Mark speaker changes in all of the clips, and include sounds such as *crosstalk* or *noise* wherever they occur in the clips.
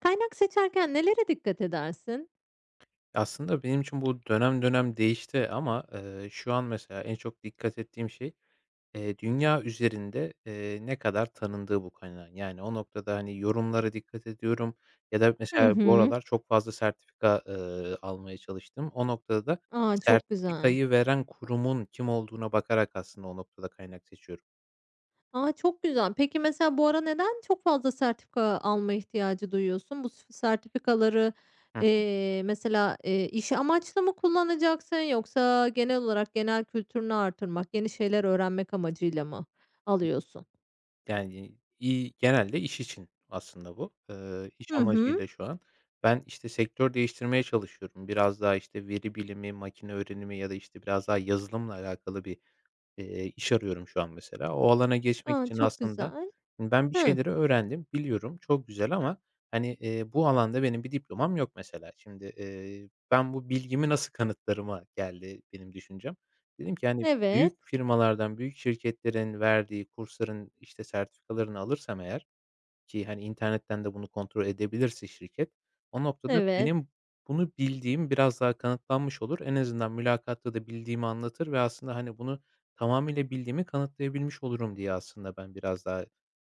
Speaker 1: Kaynak seçerken nelere dikkat edersin?
Speaker 2: Aslında benim için bu dönem dönem değişti ama, şu an mesela en çok dikkat ettiğim şey, dünya üzerinde, ne kadar tanındığı bu kaynağın. Yani o noktada, hani, yorumlara dikkat ediyorum ya da
Speaker 1: Hı
Speaker 2: mesela bu
Speaker 1: hı.
Speaker 2: aralar çok fazla sertifika, almaya çalıştım. O noktada da
Speaker 1: A, çok güzel.
Speaker 2: sertifikayı veren kurumun kim olduğuna bakarak aslında o noktada kaynak seçiyorum.
Speaker 1: A, çok güzel. Peki, mesela bu ara neden çok fazla sertifika alma ihtiyacı duyuyorsun? Bu sertifikaları, mesela, iş amaçlı mı kullanacaksın yoksa genel olarak genel kültürünü artırmak, yeni şeyler öğrenmek amacıyla mı alıyorsun?
Speaker 2: Yani, genelde iş için aslında bu. İş
Speaker 1: Hı hı.
Speaker 2: amacıyla şu an. Ben, işte, sektör değiştirmeye çalışıyorum. Biraz daha, işte, veri bilimi, makine öğrenimi ya da, işte, biraz daha yazılımla alakalı bir iş arıyorum şu an mesela. O alana geçmek
Speaker 1: A,
Speaker 2: için
Speaker 1: çok
Speaker 2: aslında
Speaker 1: güzel.
Speaker 2: hani, ben bir
Speaker 1: Hı.
Speaker 2: şeyleri öğrendim, biliyorum, çok güzel ama, hani, bu alanda benim bir diplomam yok mesela. Şimdi, ben bu bilgimi nasıl kanıtlarıma geldi benim düşüncem. Dedim ki, hani,
Speaker 1: Evet,
Speaker 2: büyük firmalardan, büyük şirketlerin verdiği kursların, işte, sertifikalarını alırsam eğer, ki, hani, internetten de bunu kontrol edebilirse şirket, o noktada
Speaker 1: evet.
Speaker 2: benim bunu bildiğim biraz daha kanıtlanmış olur. En azından mülakatta da bildiğimi anlatır ve aslında, hani, bunu tamamıyla bildiğimi kanıtlayabilmiş olurum diye aslında ben biraz daha,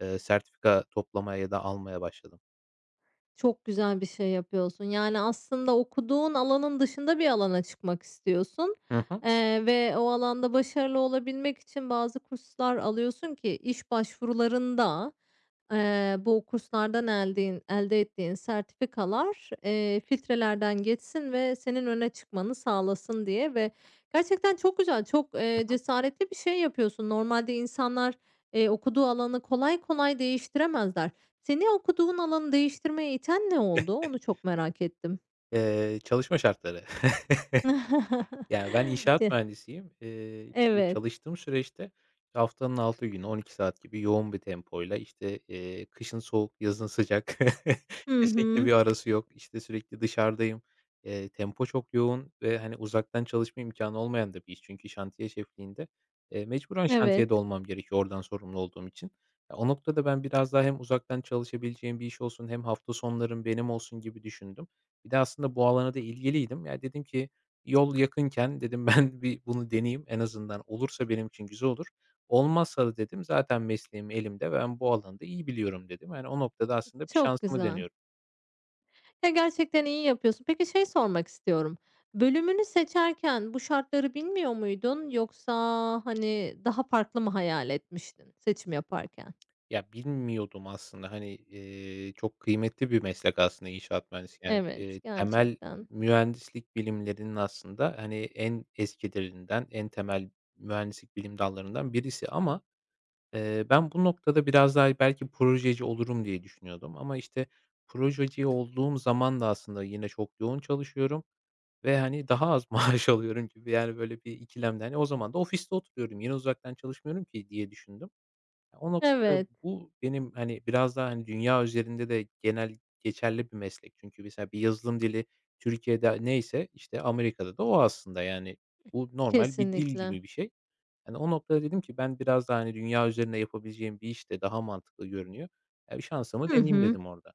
Speaker 2: sertifika toplamaya ya da almaya başladım.
Speaker 1: Çok güzel bir şey yapıyorsun. Yani, aslında okuduğun alanın dışında bir alana çıkmak istiyorsun,
Speaker 2: Hı hı.
Speaker 1: ve o alanda başarılı olabilmek için bazı kurslar alıyorsun ki iş başvurularında, bu kurslardan elde ettiğin sertifikalar, filtrelerden geçsin ve senin öne çıkmanı sağlasın diye ve gerçekten çok güzel, çok, cesaretli bir şey yapıyorsun. Normalde insanlar, okuduğu alanı kolay kolay değiştiremezler. Seni okuduğun alanı değiştirmeye iten ne oldu? Onu çok merak ettim.
Speaker 2: Çalışma şartları. *laughs*
Speaker 1: *laughs*
Speaker 2: Ya, ben
Speaker 1: E
Speaker 2: inşaat mühendisiyim. İşte,
Speaker 1: evet.
Speaker 2: çalıştığım süreçte haftanın 6 günü 12 saat gibi yoğun bir tempoyla, işte, kışın soğuk, yazın sıcak, *laughs*
Speaker 1: Hı
Speaker 2: kesinlikle
Speaker 1: hı.
Speaker 2: bir arası yok. İşte, sürekli dışarıdayım. Tempo çok yoğun ve, hani, uzaktan çalışma imkanı olmayan da bir iş çünkü şantiye şefliğinde. Mecburen
Speaker 1: Evet.
Speaker 2: şantiyede olmam gerekiyor oradan sorumlu olduğum için. Ya, o noktada ben biraz daha hem uzaktan çalışabileceğim bir iş olsun hem hafta sonlarım benim olsun gibi düşündüm. Bir de aslında bu alana da ilgiliydim. Ya, dedim ki yol yakınken dedim ben bir bunu deneyeyim. En azından olursa benim için güzel olur. Olmazsa da dedim zaten mesleğim elimde. Ben bu alanda iyi biliyorum dedim. Yani o noktada aslında bir
Speaker 1: Çok
Speaker 2: şansımı
Speaker 1: güzel.
Speaker 2: deniyorum.
Speaker 1: Ya, gerçekten iyi yapıyorsun. Peki, şey sormak istiyorum. Bölümünü seçerken bu şartları bilmiyor muydun yoksa, hani, daha farklı mı hayal etmiştin seçim yaparken?
Speaker 2: Ya bilmiyordum aslında hani, çok kıymetli bir meslek aslında inşaat mühendisliği. Yani,
Speaker 1: Evet,
Speaker 2: eee, temel
Speaker 1: gerçekten.
Speaker 2: mühendislik bilimlerinin aslında hani en eskilerinden, en temel mühendislik bilim dallarından birisi ama ben bu noktada biraz daha belki projeci olurum diye düşünüyordum ama, işte, projeci olduğum zaman da aslında yine çok yoğun çalışıyorum ve, hani, daha az *laughs* maaş alıyorum gibi, yani, böyle bir ikilemde. Hani, o zaman da ofiste oturuyorum, yine uzaktan çalışmıyorum ki diye düşündüm. O noktada
Speaker 1: Evet,
Speaker 2: bu benim, hani, biraz daha, hani, dünya üzerinde de genel geçerli bir meslek. Çünkü mesela bir yazılım dili Türkiye'de neyse, işte, Amerika'da da o aslında, yani. Bu normal bir dil
Speaker 1: kesinlikle.
Speaker 2: gibi bir şey. Yani o noktada dedim ki ben biraz daha, hani, dünya üzerinde yapabileceğim bir iş de daha mantıklı görünüyor. Ya, bir şansımı
Speaker 1: Hı
Speaker 2: deneyeyim
Speaker 1: hı.
Speaker 2: dedim orada.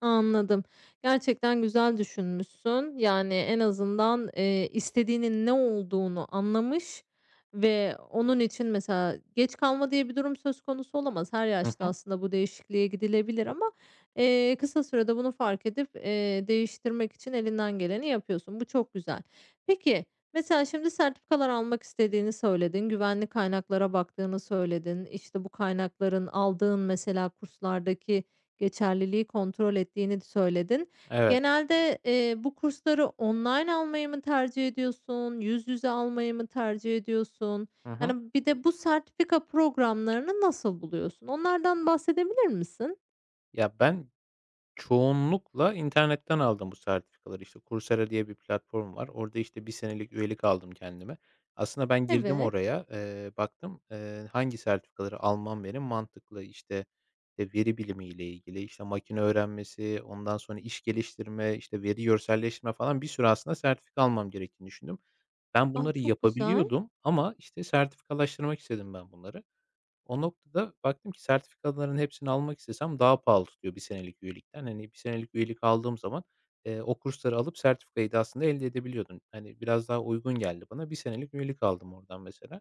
Speaker 1: Anladım. Gerçekten güzel düşünmüşsün. Yani, en azından, istediğinin ne olduğunu anlamış ve onun için mesela geç kalma diye bir durum söz konusu olamaz. Her
Speaker 2: Hı
Speaker 1: yaşta
Speaker 2: hı.
Speaker 1: aslında bu değişikliğe gidilebilir ama, kısa sürede bunu fark edip, değiştirmek için elinden geleni yapıyorsun. Bu çok güzel. Peki, mesela şimdi sertifikalar almak istediğini söyledin, güvenli kaynaklara baktığını söyledin. İşte, bu kaynakların aldığın mesela kurslardaki geçerliliği kontrol ettiğini söyledin.
Speaker 2: Evet.
Speaker 1: Genelde, bu kursları online almayı mı tercih ediyorsun? Yüz yüze almayı mı tercih ediyorsun?
Speaker 2: Hı hı.
Speaker 1: Yani, bir de bu sertifika programlarını nasıl buluyorsun? Onlardan bahsedebilir misin?
Speaker 2: Ya, ben çoğunlukla internetten aldım bu sertifikaları. İşte Coursera diye bir platform var. Orada, işte, bir senelik üyelik aldım kendime. Aslında ben girdim
Speaker 1: Evet.
Speaker 2: oraya, baktım, hangi sertifikaları almam benim mantıklı. İşte, veri bilimi ile ilgili, işte, makine öğrenmesi, ondan sonra iş geliştirme, işte, veri görselleştirme falan bir sürü aslında sertifika almam gerektiğini düşündüm. Ben
Speaker 1: Ah,
Speaker 2: bunları
Speaker 1: çok güzel.
Speaker 2: yapabiliyordum ama, işte, sertifikalaştırmak istedim ben bunları. O noktada baktım ki sertifikaların hepsini almak istesem daha pahalı tutuyor bir senelik üyelikten. Hani bir senelik üyelik aldığım zaman, o kursları alıp sertifikayı da aslında elde edebiliyordun. Hani, biraz daha uygun geldi bana. Bir senelik üyelik aldım oradan mesela.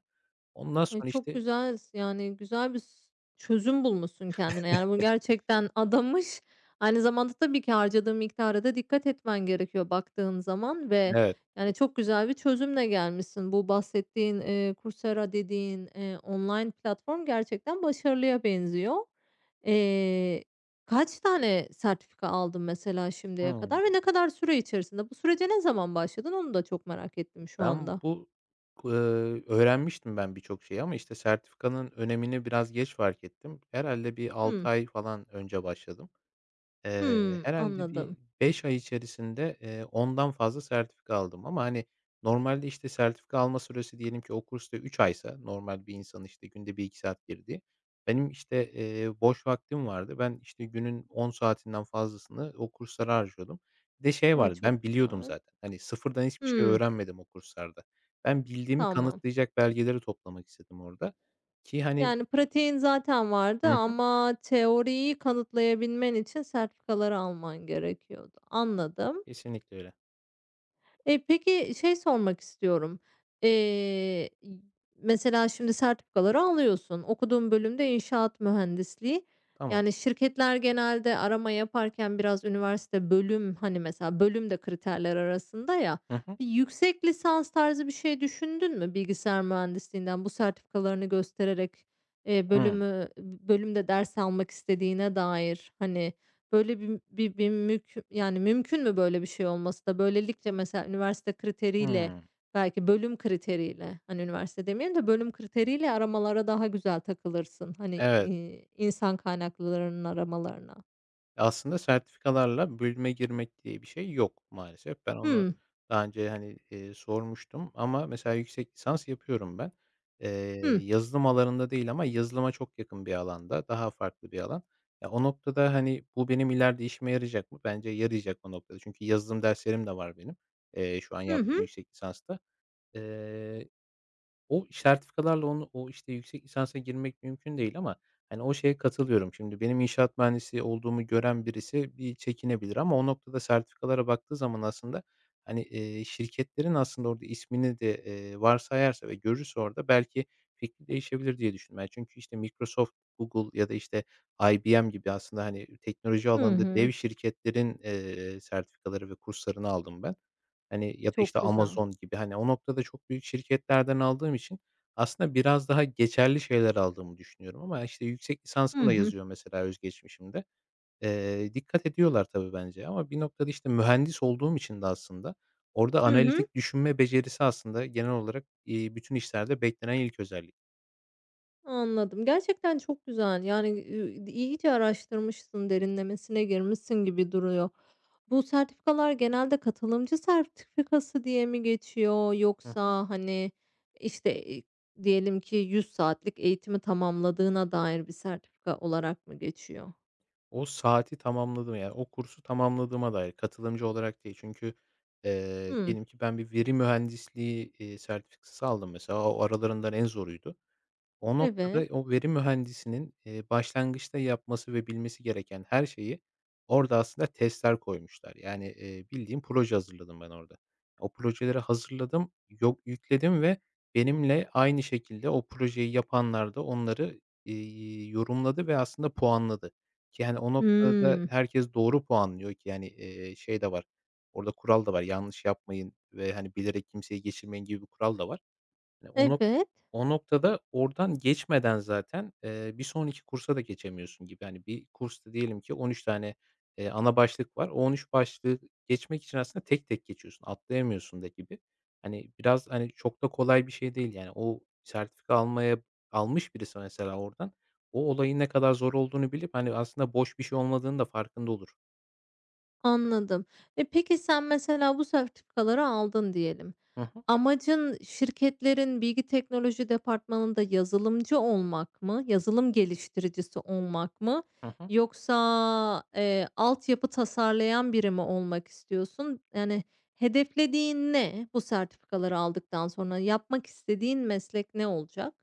Speaker 2: Ondan
Speaker 1: Ay,
Speaker 2: sonra,
Speaker 1: çok
Speaker 2: işte.
Speaker 1: güzel yani, güzel bir çözüm bulmuşsun kendine. Yani, bu gerçekten adamış. Aynı zamanda tabii ki harcadığın miktara da dikkat etmen gerekiyor baktığın zaman ve,
Speaker 2: Evet.
Speaker 1: yani, çok güzel bir çözümle gelmişsin. Bu bahsettiğin, Coursera dediğin, online platform gerçekten başarılıya benziyor. Eee, kaç tane sertifika aldın mesela şimdiye kadar
Speaker 2: Hımm.
Speaker 1: ve ne kadar süre içerisinde? Bu sürece ne zaman başladın? Onu da çok merak ettim şu
Speaker 2: Ben
Speaker 1: anda.
Speaker 2: bu ku öğrenmiştim ben birçok şeyi ama, işte, sertifikanın önemini biraz geç fark ettim. Herhâlde bir
Speaker 1: hmm
Speaker 2: 6 ay falan önce başladım.
Speaker 1: Hımm.
Speaker 2: Herhâlde bir
Speaker 1: Anladım.
Speaker 2: 5 ay içerisinde, 10'dan fazla sertifika aldım ama, hani, normalde, işte, sertifika alma süresi diyelim ki o kursta 3 aysa normal bir insanın, işte, günde bir iki saat girdiği, benim, işte, boş vaktim vardı. Ben, işte, günün 10 saatinden fazlasını o kurslara harcıyordum. Bir de şey
Speaker 1: A,
Speaker 2: vardı,
Speaker 1: çok
Speaker 2: ben biliyordum
Speaker 1: güzel.
Speaker 2: zaten. Hani, sıfırdan hiçbir şey
Speaker 1: Hımm,
Speaker 2: öğrenmedim o kurslarda. Ben bildiğimi
Speaker 1: tamam.
Speaker 2: kanıtlayacak belgeleri toplamak istedim orada ki, hani.
Speaker 1: Yani, pratiğin zaten vardı
Speaker 2: Hı,
Speaker 1: ama teoriyi kanıtlayabilmen için sertifikaları alman gerekiyordu. Anladım.
Speaker 2: kesinlikle öyle.
Speaker 1: Peki, şey sormak istiyorum. Eee, y mesela şimdi sertifikaları alıyorsun. Okuduğun bölümde inşaat mühendisliği.
Speaker 2: Tamam.
Speaker 1: Yani şirketler genelde arama yaparken biraz üniversite bölüm, hani, mesela bölüm de kriterler arasında ya,
Speaker 2: Hı hı.
Speaker 1: bir yüksek lisans tarzı bir şey düşündün mü bilgisayar mühendisliğinden bu sertifikalarını göstererek,
Speaker 2: Hımm.
Speaker 1: bölümde ders almak istediğine dair? Hani, böyle bir mümkün yani, mümkün mü böyle bir şey olması da? Böylelikle mesela üniversite kriteriyle,
Speaker 2: Hımm.
Speaker 1: belki bölüm kriteriyle, hani, üniversite demeyelim de bölüm kriteriyle aramalara daha güzel takılırsın. Hani,
Speaker 2: Evet.
Speaker 1: insan kaynaklarının aramalarına.
Speaker 2: Aslında sertifikalarla bölüme girmek diye bir şey yok maalesef. Ben onu
Speaker 1: Hımm.
Speaker 2: daha önce, hani, sormuştum ama mesela yüksek lisans yapıyorum ben. Eee,
Speaker 1: Hıh.
Speaker 2: Yazılım alanında değil ama yazılıma çok yakın bir alanda, daha farklı bir alan. Ya, o noktada, hani, bu benim ileride işime yarayacak mı? Bence yarayacak o noktada. Çünkü yazılım derslerim de var benim, şu an
Speaker 1: Hı
Speaker 2: yaptığım
Speaker 1: hı.
Speaker 2: yüksek lisansta. O sertifikalarla onu o, işte, yüksek lisansa girmek mümkün değil ama, hani, o şeye katılıyorum. Şimdi benim inşaat mühendisi olduğumu gören birisi bir çekinebilir ama o noktada sertifikalara baktığı zaman aslında, hani, şirketlerin aslında orada ismini de, varsayarsa ve görürse orada belki fikri değişebilir diye düşündüm. Yani, çünkü, işte, Microsoft, Google ya da, işte, IBM gibi aslında, hani, teknoloji
Speaker 1: Hı
Speaker 2: alanında
Speaker 1: hı.
Speaker 2: dev şirketlerin, sertifikaları ve kurslarını aldım ben. Hani, ya da,
Speaker 1: Çok
Speaker 2: işte,
Speaker 1: güzel.
Speaker 2: Amazon gibi, hani, o noktada çok büyük şirketlerden aldığım için aslında biraz daha geçerli şeyler aldığımı düşünüyorum ama, işte, yüksek
Speaker 1: Hı
Speaker 2: lisansım da
Speaker 1: hı.
Speaker 2: yazıyor mesela özgeçmişimde. Dikkat ediyorlar tabii bence ama bir noktada, işte, mühendis olduğum için de aslında orada
Speaker 1: Hı hı.
Speaker 2: analitik düşünme becerisi aslında genel olarak, bütün işlerde beklenen ilk özellik.
Speaker 1: Anladım. Gerçekten çok güzel. Yani, iyice araştırmışsın, derinlemesine girmişsin gibi duruyor. Bu sertifikalar genelde katılımcı sertifikası diye mi geçiyor
Speaker 2: Hı.
Speaker 1: yoksa, hani, işte, diyelim ki 100 saatlik eğitimi tamamladığına dair bir sertifika olarak mı geçiyor?
Speaker 2: O saati tamamladım, yani, o kursu tamamladığıma dair katılımcı olarak değil. Çünkü,
Speaker 1: Hımm,
Speaker 2: diyelim ki ben bir veri mühendisliği, sertifikası aldım mesela. O aralarından en zoruydu. O
Speaker 1: evet.
Speaker 2: noktada o veri mühendisinin, başlangıçta yapması ve bilmesi gereken her şeyi orada aslında testler koymuşlar. Yani, bildiğim proje hazırladım ben orada. O projeleri hazırladım, yok yükledim ve benimle aynı şekilde o projeyi yapanlar da onları, yorumladı ve aslında puanladı ki, hani, o noktada da
Speaker 1: Hımm,
Speaker 2: herkes doğru puanlıyor ki, yani, şey de var, orada kural da var, yanlış yapmayın ve, hani, bilerek kimseyi geçirmeyin gibi bir kural da var. Hani,
Speaker 1: evet.
Speaker 2: o noktada oradan geçmeden zaten, bir sonraki kursa da geçemiyorsun gibi. Yani bir kursta diyelim ki 13 tane, ana başlık var. O 13 başlığı geçmek için aslında tek tek geçiyorsun, atlayamıyorsun da gibi. Hani, biraz, hani, çok da kolay bir şey değil, yani. O sertifika almış birisi mesela oradan, o olayın ne kadar zor olduğunu bilip, hani, aslında boş bir şey olmadığını da farkında olur.
Speaker 1: Anladım. E, peki sen mesela bu sertifikaları aldın diyelim.
Speaker 2: Hı hı.
Speaker 1: Amacın şirketlerin bilgi teknoloji departmanında yazılımcı olmak mı? Yazılım geliştiricisi olmak mı?
Speaker 2: Hı hı.
Speaker 1: Yoksa, altyapı tasarlayan biri mi olmak istiyorsun? Yani hedeflediğin ne bu sertifikaları aldıktan sonra? Yapmak istediğin meslek ne olacak?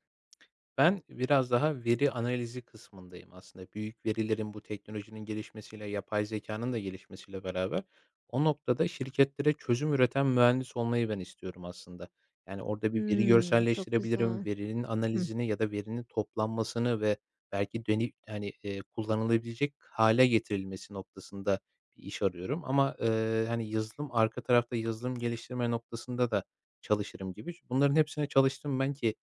Speaker 2: Ben biraz daha veri analizi kısmındayım aslında. Büyük verilerin bu teknolojinin gelişmesiyle, yapay zekanın da gelişmesiyle beraber o noktada şirketlere çözüm üreten mühendis olmayı ben istiyorum aslında. Yani orada bir veri
Speaker 1: Hımm, çok
Speaker 2: görselleştirebilirim,
Speaker 1: güzel.
Speaker 2: verinin
Speaker 1: Hı.
Speaker 2: analizini ya da verinin toplanmasını ve belki hani, kullanılabilecek hale getirilmesi noktasında bir iş arıyorum ama, hani, yazılım arka tarafta yazılım geliştirme noktasında da çalışırım gibi. Bunların hepsine çalıştım ben ki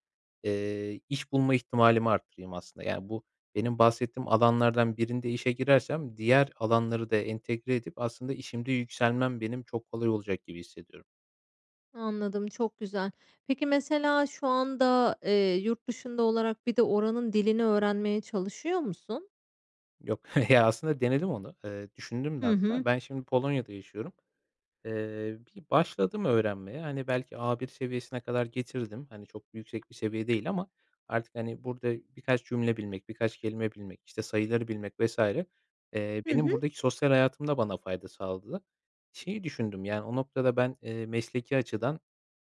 Speaker 2: İş bulma ihtimalimi arttırayım aslında. Yani, bu benim bahsettiğim alanlardan birinde işe girersem diğer alanları da entegre edip aslında işimde yükselmem benim çok kolay olacak gibi hissediyorum.
Speaker 1: Anladım, çok güzel. Peki, mesela şu anda, yurt dışında olarak bir de oranın dilini öğrenmeye çalışıyor musun?
Speaker 2: Yok, *laughs* ya, aslında denedim onu. Düşündüm de
Speaker 1: Hı hı.
Speaker 2: hatta. Ben şimdi Polonya'da yaşıyorum. Bir başladım öğrenmeye. Hani, belki A1 seviyesine kadar getirdim. Hani, çok yüksek bir seviye değil ama artık, hani, burada birkaç cümle bilmek, birkaç kelime bilmek, işte, sayıları bilmek vesaire,
Speaker 1: Hı
Speaker 2: benim
Speaker 1: hı.
Speaker 2: buradaki sosyal hayatımda bana fayda sağladı. Şeyi düşündüm, yani, o noktada ben, mesleki açıdan,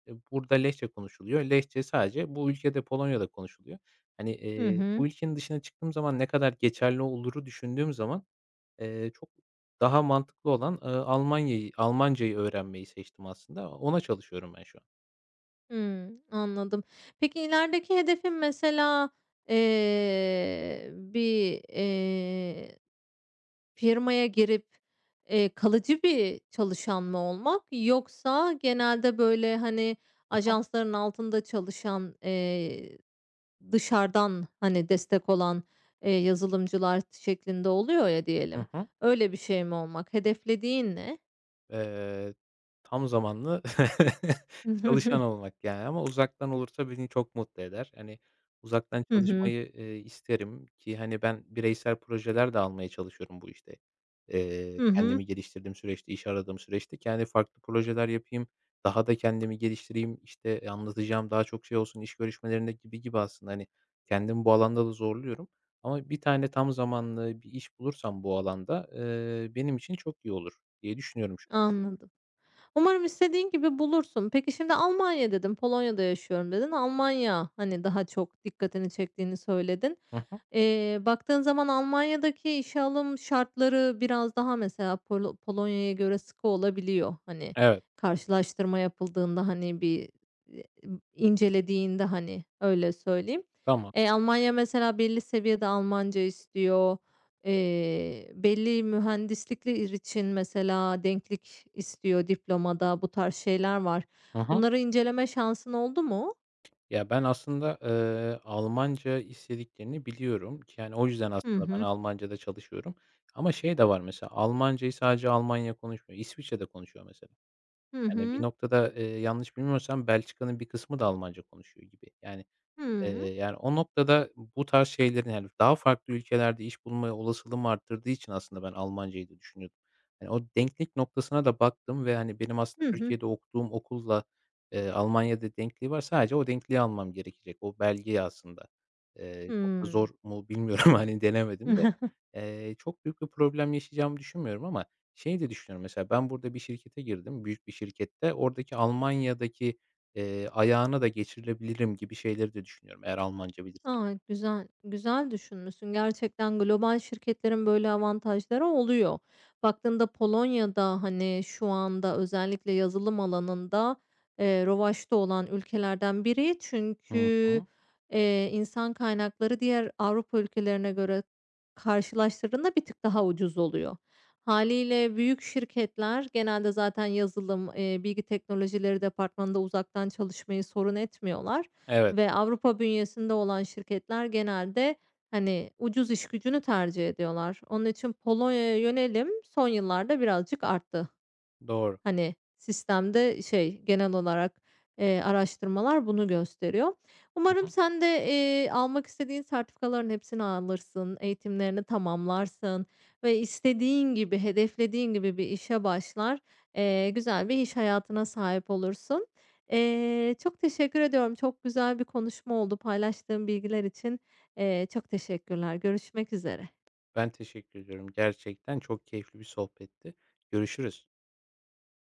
Speaker 2: burada Lehçe konuşuluyor. Lehçe sadece bu ülkede, Polonya'da konuşuluyor. Hani,
Speaker 1: Hı
Speaker 2: eee,
Speaker 1: hı.
Speaker 2: bu ülkenin dışına çıktığım zaman ne kadar geçerli oluru düşündüğüm zaman, çok daha mantıklı olan, Almanya'yı Almancayı öğrenmeyi seçtim aslında. Ona çalışıyorum ben şu an.
Speaker 1: Hımm, anladım. Peki ilerideki hedefin mesela, eee, bir, eee, firmaya girip, kalıcı bir çalışan mı olmak yoksa genelde böyle, hani,
Speaker 2: Hı hı.
Speaker 1: ajansların altında çalışan, dışarıdan, hani, destek olan, yazılımcılar şeklinde oluyor ya
Speaker 2: Hı
Speaker 1: diyelim,
Speaker 2: hı.
Speaker 1: öyle bir şey mi olmak? Hedeflediğin ne?
Speaker 2: Eee, Tam zamanlı *laughs*
Speaker 1: Hı hı.
Speaker 2: çalışan olmak yani ama uzaktan olursa beni çok mutlu eder. Hani, uzaktan
Speaker 1: Hı hı.
Speaker 2: çalışmayı, isterim ki, hani, ben bireysel projeler de almaya çalışıyorum bu işte.
Speaker 1: Hı hı.
Speaker 2: Kendimi geliştirdiğim süreçte, iş aradığım süreçte kendi farklı projeler yapayım, daha da kendimi geliştireyim, işte, anlatacağım daha çok şey olsun iş görüşmelerinde gibi gibi aslında, hani, kendimi bu alanda da zorluyorum ama bir tane tam zamanlı bir iş bulursam bu alanda, benim için çok iyi olur diye düşünüyorum.
Speaker 1: Anladım. Umarım istediğin gibi bulursun. Peki şimdi Almanya dedin, Polonya'da yaşıyorum dedin. Almanya hani daha çok dikkatini çektiğini söyledin.
Speaker 2: Hı hı.
Speaker 1: Baktığın zaman Almanya'daki işe alım şartları biraz daha mesela Polonya'ya göre sıkı olabiliyor. Hani
Speaker 2: Evet,
Speaker 1: karşılaştırma yapıldığında hani bir e, incelediğinde hani öyle söyleyeyim.
Speaker 2: tamam.
Speaker 1: E, Almanya mesela belli seviyede Almanca istiyor. Belli mühendislikler için mesela denklik istiyor diplomada, bu tarz şeyler var.
Speaker 2: Hı hı.
Speaker 1: Bunları inceleme şansın oldu mu?
Speaker 2: Ya, ben aslında, Almanca istediklerini biliyorum ki, yani, o yüzden
Speaker 1: Hı
Speaker 2: aslında ben
Speaker 1: hı.
Speaker 2: Almanca'da çalışıyorum ama şey de var mesela, Almancayı sadece Almanya konuşmuyor, İsviçre de konuşuyor mesela.
Speaker 1: Hı
Speaker 2: Yani, bir
Speaker 1: hı.
Speaker 2: noktada, yanlış bilmiyorsam Belçika'nın bir kısmı da Almanca konuşuyor gibi. Yani
Speaker 1: Hıı.
Speaker 2: Eee, yani, o noktada bu tarz şeylerin, yani, daha farklı ülkelerde iş bulma olasılığımı arttırdığı için aslında ben Almancayı da düşünüyordum. Hani, o denklik noktasına da baktım ve, hani, benim aslında
Speaker 1: Hı hı.
Speaker 2: Türkiye'de okuduğum okulla, Almanya'da denkliği var. Sadece o denkliği almam gerekecek. O belgeyi aslında. Çok da
Speaker 1: Hıı.
Speaker 2: zor mu bilmiyorum, *laughs* hani, denemedim de.
Speaker 1: *laughs*
Speaker 2: Çok büyük bir problem yaşayacağımı düşünmüyorum ama şeyi de düşünüyorum mesela ben burada bir şirkete girdim, büyük bir şirkette. Oradaki Almanya'daki ayağına da geçirilebilirim gibi şeyleri de düşünüyorum eğer Almanca bilirsem.
Speaker 1: A, güzel, güzel düşünmüşsün. Gerçekten global şirketlerin böyle avantajları oluyor. Baktığında Polonya'da, hani, şu anda özellikle yazılım alanında, revaçta olan ülkelerden biri.
Speaker 2: Hı
Speaker 1: Çünkü,
Speaker 2: hı.
Speaker 1: insan kaynakları diğer Avrupa ülkelerine göre karşılaştırdığında bir tık daha ucuz oluyor. Haliyle büyük şirketler genelde zaten yazılım, bilgi teknolojileri departmanında uzaktan çalışmayı sorun etmiyorlar.
Speaker 2: Evet,
Speaker 1: Ve Avrupa bünyesinde olan şirketler genelde, hani, ucuz iş gücünü tercih ediyorlar. Onun için Polonya'ya yönelim son yıllarda birazcık arttı.
Speaker 2: doğru.
Speaker 1: Hani, sistemde şey, genel olarak, araştırmalar bunu gösteriyor.
Speaker 2: Hı
Speaker 1: Umarım
Speaker 2: hı.
Speaker 1: sen de, almak istediğin sertifikaların hepsini alırsın, eğitimlerini tamamlarsın ve istediğin gibi, hedeflediğin gibi bir işe başlar, güzel bir iş hayatına sahip olursun. Çok teşekkür ediyorum. Çok güzel bir konuşma oldu. Paylaştığım bilgiler için, çok teşekkürler. Görüşmek üzere.
Speaker 2: Ben teşekkür ediyorum. Gerçekten çok keyifli bir sohbetti. Görüşürüz.